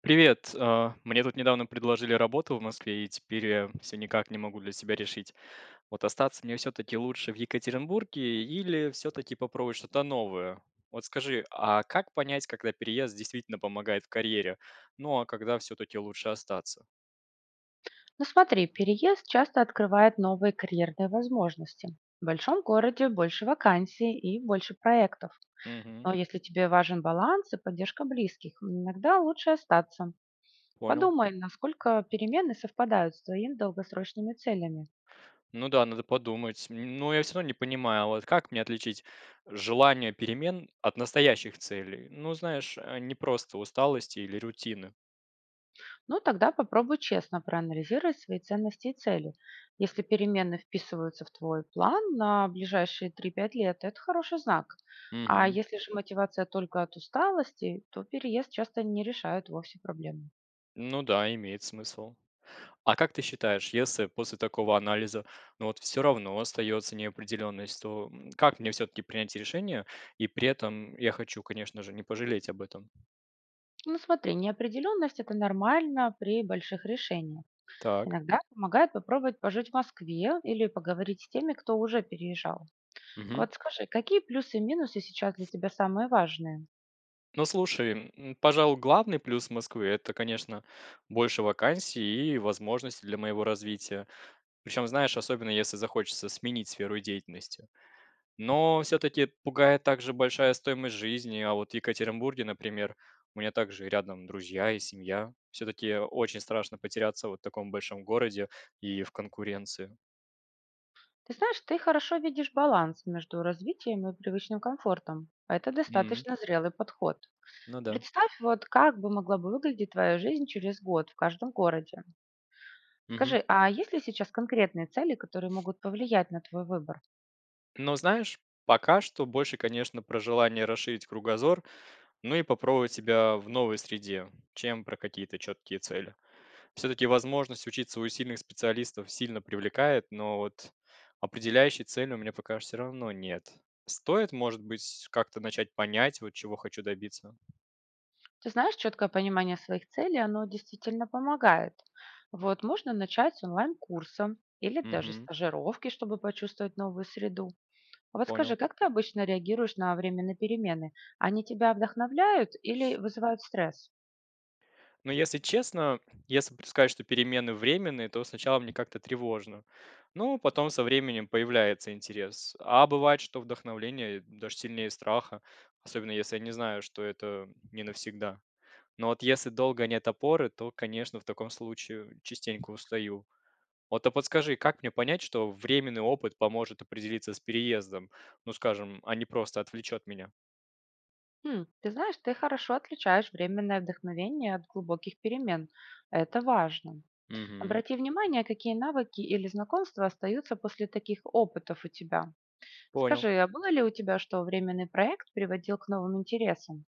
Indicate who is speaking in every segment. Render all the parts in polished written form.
Speaker 1: Привет. Мне тут недавно предложили работу в Москве, и теперь я все никак не могу для себя решить. Вот остаться мне все-таки лучше в Екатеринбурге или все-таки попробовать что-то новое? Вот скажи, а как понять, когда переезд действительно помогает в карьере? Ну, а когда все-таки лучше остаться?
Speaker 2: Ну смотри, переезд часто открывает новые карьерные возможности. В большом городе больше вакансий и больше проектов.
Speaker 1: Угу,
Speaker 2: Но если тебе важен баланс и поддержка близких, иногда лучше остаться.
Speaker 1: понял.
Speaker 2: Подумай, насколько перемены совпадают с твоими долгосрочными целями.
Speaker 1: Ну да, надо подумать. Но я все равно не понимаю, вот как мне отличить желание перемен от настоящих целей? Ну, знаешь, не просто усталости или рутины.
Speaker 2: Ну, тогда попробуй честно проанализировать свои ценности и цели. Если перемены вписываются в твой план на ближайшие три-пять лет, это хороший знак. А
Speaker 1: Угу.
Speaker 2: если же мотивация только от усталости, то переезд часто не решает вовсе проблему.
Speaker 1: Ну да, имеет смысл. А как ты считаешь, если после такого анализа, ну вот все равно остается неопределенность, то как мне все-таки принять решение? И при этом я хочу, конечно же, не пожалеть об этом.
Speaker 2: Ну, смотри, неопределенность– это нормально при больших решениях.
Speaker 1: Так.
Speaker 2: Иногда помогает попробовать пожить в Москве или поговорить с теми, кто уже переезжал.
Speaker 1: Мгм.
Speaker 2: Вот скажи, какие плюсы и минусы сейчас для тебя самые важные?
Speaker 1: Ну слушай, пожалуй, главный плюс Москвы это, конечно, больше вакансий и возможностей для моего развития. Причем, знаешь, особенно если захочется сменить сферу деятельности. Но все-таки пугает также большая стоимость жизни. А вот в Екатеринбурге, например, у меня также рядом друзья и семья. Все-таки очень страшно потеряться вот в таком большом городе и в конкуренции.
Speaker 2: Ты знаешь, ты хорошо видишь баланс между развитием и привычным комфортом. Это
Speaker 1: М,
Speaker 2: достаточно зрелый подход.
Speaker 1: Ну да.
Speaker 2: Представь, вот как бы могла бы выглядеть твоя жизнь через год в каждом городе.
Speaker 1: Мгм.
Speaker 2: Скажи, а есть ли сейчас конкретные цели, которые могут повлиять на твой выбор?
Speaker 1: Но знаешь, пока что больше, конечно, про желание расширить кругозор, ну и попробовать себя в новой среде, чем про какие-то четкие цели. Все-таки возможность учиться у сильных специалистов сильно привлекает, но вот определяющей цели у меня пока все равно нет. Стоит, может быть, как-то начать понять, вот чего хочу добиться.
Speaker 2: Ты знаешь, четкое понимание своих целей, оно действительно помогает. Вот можно начать с онлайн-курса или даже
Speaker 1: Мгм,
Speaker 2: стажировки, чтобы почувствовать новую среду. А вот
Speaker 1: понял.
Speaker 2: скажи, как ты обычно реагируешь на временные перемены? Они тебя вдохновляют или вызывают стресс?
Speaker 1: Но если честно, если б сказать, что перемены временные, то сначала мне как-то тревожно. Ну, потом со временем появляется интерес. А бывает, что вдохновление даже сильнее страха, особенно если я не знаю, что это не навсегда. Но вот если долго нет опоры, то, конечно, в таком случае частенько устаю. Вот а подскажи, как мне понять, что временный опыт поможет определиться с переездом? Ну, скажем, а не просто отвлечет меня.
Speaker 2: Хм, ты знаешь, ты хорошо отличаешь временное вдохновение от глубоких перемен. Это важно.
Speaker 1: Мгм.
Speaker 2: Обрати внимание, какие навыки или знакомства остаются после таких опытов у тебя.
Speaker 1: Понял.
Speaker 2: Скажи, а было ли у тебя, что временный проект приводил к новым интересам?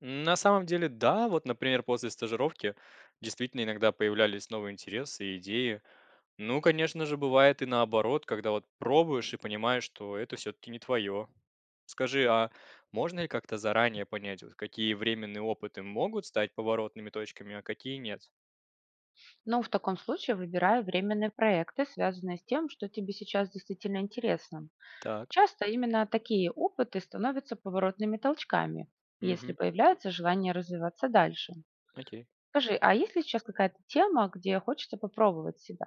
Speaker 1: На самом деле, да, вот, например, после стажировки действительно иногда появлялись новые интересы и идеи. Ну, конечно же, бывает и наоборот, когда вот пробуешь и понимаешь, что это все-таки не твое. Скажи, а можно ли как-то заранее понять, вот какие временные опыты могут стать поворотными точками, а какие нет?
Speaker 2: Ну, в таком случае выбирай временные проекты, связанные с тем, что тебе сейчас действительно интересно.
Speaker 1: Так.
Speaker 2: Часто именно такие опыты становятся поворотными толчками, если
Speaker 1: Мгм.
Speaker 2: появляется желание развиваться дальше.
Speaker 1: Окей.
Speaker 2: Скажи, а есть ли сейчас какая-то тема, где хочется попробовать себя?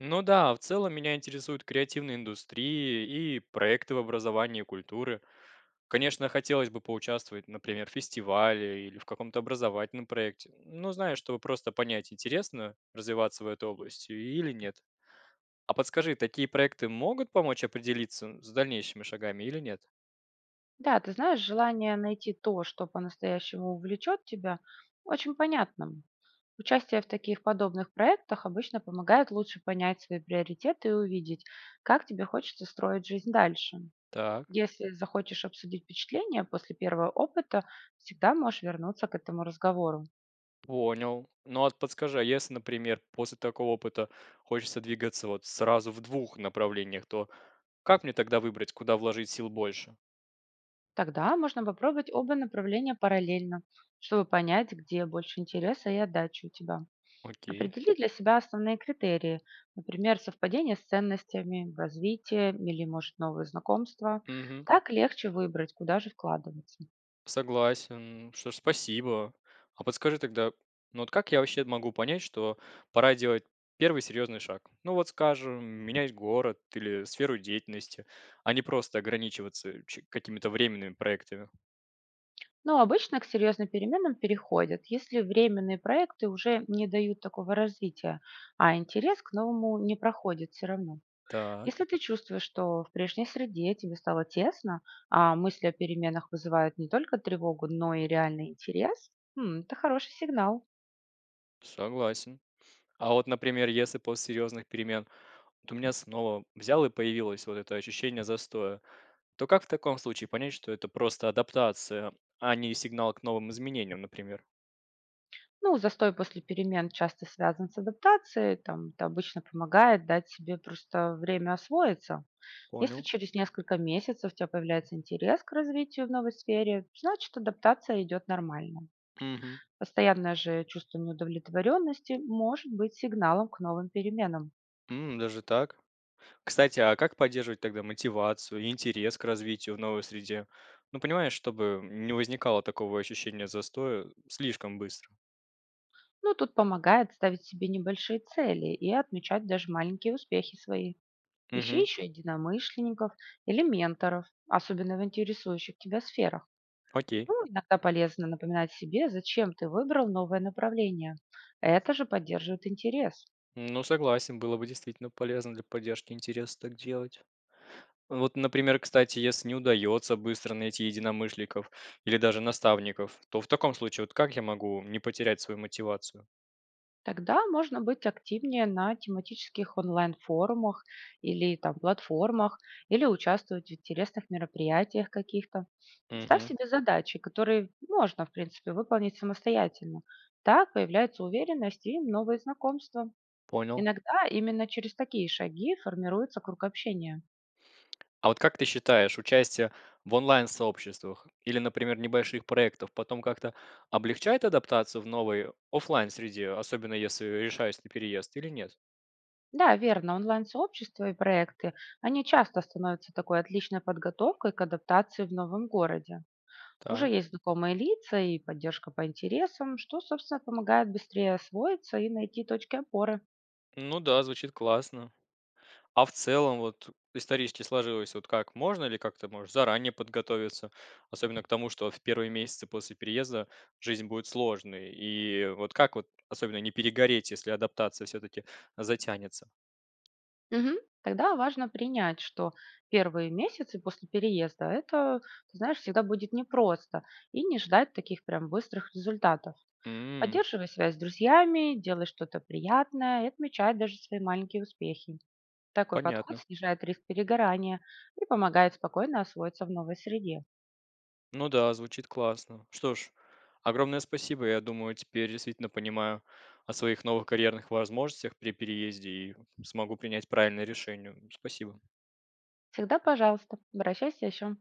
Speaker 1: Ну да, в целом меня интересуют креативные индустрии и проекты в образовании и культуры. Конечно, хотелось бы поучаствовать, например, в фестивале или в каком-то образовательном проекте. Ну, знаешь, чтобы просто понять, интересно развиваться в этой области или нет. А подскажи, такие проекты могут помочь определиться с дальнейшими шагами или нет?
Speaker 2: Да, ты знаешь, желание найти то, что по-настоящему увлечет тебя, очень понятно. Участие в таких подобных проектах обычно помогает лучше понять свои приоритеты и увидеть, как тебе хочется строить жизнь дальше.
Speaker 1: Так,
Speaker 2: Если захочешь обсудить впечатления после первого опыта, всегда можешь вернуться к этому разговору.
Speaker 1: понял. Ну а подскажи, а если, например, после такого опыта хочется двигаться вот сразу в двух направлениях, то как мне тогда выбрать, куда вложить сил больше?
Speaker 2: Тогда можно попробовать оба направления параллельно, чтобы понять, где больше интереса и отдачи у тебя.
Speaker 1: Окей.
Speaker 2: Определи для себя основные критерии, например, совпадение с ценностями, развитие или, может, новые знакомства.
Speaker 1: Мгм.
Speaker 2: Так легче выбрать, куда же вкладываться.
Speaker 1: Согласен. Что ж, спасибо. А подскажи тогда, ну вот как я вообще могу понять, что пора делать первый серьезный шаг? Ну вот скажем, менять город или сферу деятельности, а не просто ограничиваться какими-то временными проектами.
Speaker 2: Но обычно к серьезным переменам переходят, если временные проекты уже не дают такого развития, а интерес к новому не проходит все равно.
Speaker 1: Так,
Speaker 2: Если ты чувствуешь, что в прежней среде тебе стало тесно, а мысли о переменах вызывают не только тревогу, но и реальный интерес, м, это хороший сигнал.
Speaker 1: согласен. А вот, например, если после серьезных перемен вот у меня снова взял и появилось вот это ощущение застоя, то как в таком случае понять, что это просто адаптация, а не сигнал к новым изменениям, например?
Speaker 2: Ну, застой после перемен часто связан с адаптацией, там, это обычно помогает дать себе просто время освоиться. Если
Speaker 1: Понял.
Speaker 2: через несколько месяцев у тебя появляется интерес к развитию в новой сфере, значит адаптация идет нормально.
Speaker 1: Угу.
Speaker 2: Постоянное же чувство неудовлетворенности может быть сигналом к новым переменам.
Speaker 1: Даже так? Кстати, а как поддерживать тогда мотивацию и интерес к развитию в новой среде? Ну, понимаешь, чтобы не возникало такого ощущения застоя слишком быстро.
Speaker 2: Ну, тут помогает ставить себе небольшие цели и отмечать даже маленькие успехи свои. Ищи
Speaker 1: Угу,
Speaker 2: еще единомышленников или менторов, особенно в интересующих тебя сферах.
Speaker 1: окей.
Speaker 2: Ну, иногда полезно напоминать себе, зачем ты выбрал новое направление. Это же поддерживает интерес.
Speaker 1: Ну, согласен, было бы действительно полезно для поддержки интереса так делать. Вот, например, кстати, если не удается быстро найти единомышленников или даже наставников, то в таком случае вот как я могу не потерять свою мотивацию?
Speaker 2: Тогда можно быть активнее на тематических онлайн-форумах или там платформах, или участвовать в интересных мероприятиях каких-то. Ставь
Speaker 1: Угу,
Speaker 2: себе задачи, которые можно, в принципе, выполнить самостоятельно. Так появляется уверенность и новые знакомства.
Speaker 1: понял.
Speaker 2: Иногда именно через такие шаги формируется круг общения.
Speaker 1: А вот как ты считаешь, участие в онлайн-сообществах или, например, небольших проектов потом как-то облегчает адаптацию в новой оффлайн среде, особенно если решаюсь на переезд или нет?
Speaker 2: Да, верно, онлайн-сообщества и проекты, они часто становятся такой отличной подготовкой к адаптации в новом городе. Уже
Speaker 1: Так.
Speaker 2: есть знакомые лица и поддержка по интересам, что, собственно, помогает быстрее освоиться и найти точки опоры.
Speaker 1: Ну да, звучит классно. А в целом, вот исторически сложилось, вот как можно ли как-то, может, заранее подготовиться, особенно к тому, что в первые месяцы после переезда жизнь будет сложной. И вот как вот особенно не перегореть, если адаптация все-таки затянется?
Speaker 2: Мгм. Тогда важно принять, что первые месяцы после переезда это, ты знаешь, всегда будет непросто, и не ждать таких прям быстрых результатов.
Speaker 1: М,
Speaker 2: Поддерживай связь с друзьями, делай что-то приятное и отмечай даже свои маленькие успехи. Такой подход
Speaker 1: понятно.
Speaker 2: снижает риск перегорания и помогает спокойно освоиться в новой среде.
Speaker 1: Ну да, звучит классно. Что ж, огромное спасибо. Я думаю, теперь действительно понимаю о своих новых карьерных возможностях при переезде и смогу принять правильное решение. Спасибо.
Speaker 2: Всегда, пожалуйста, обращайся еще.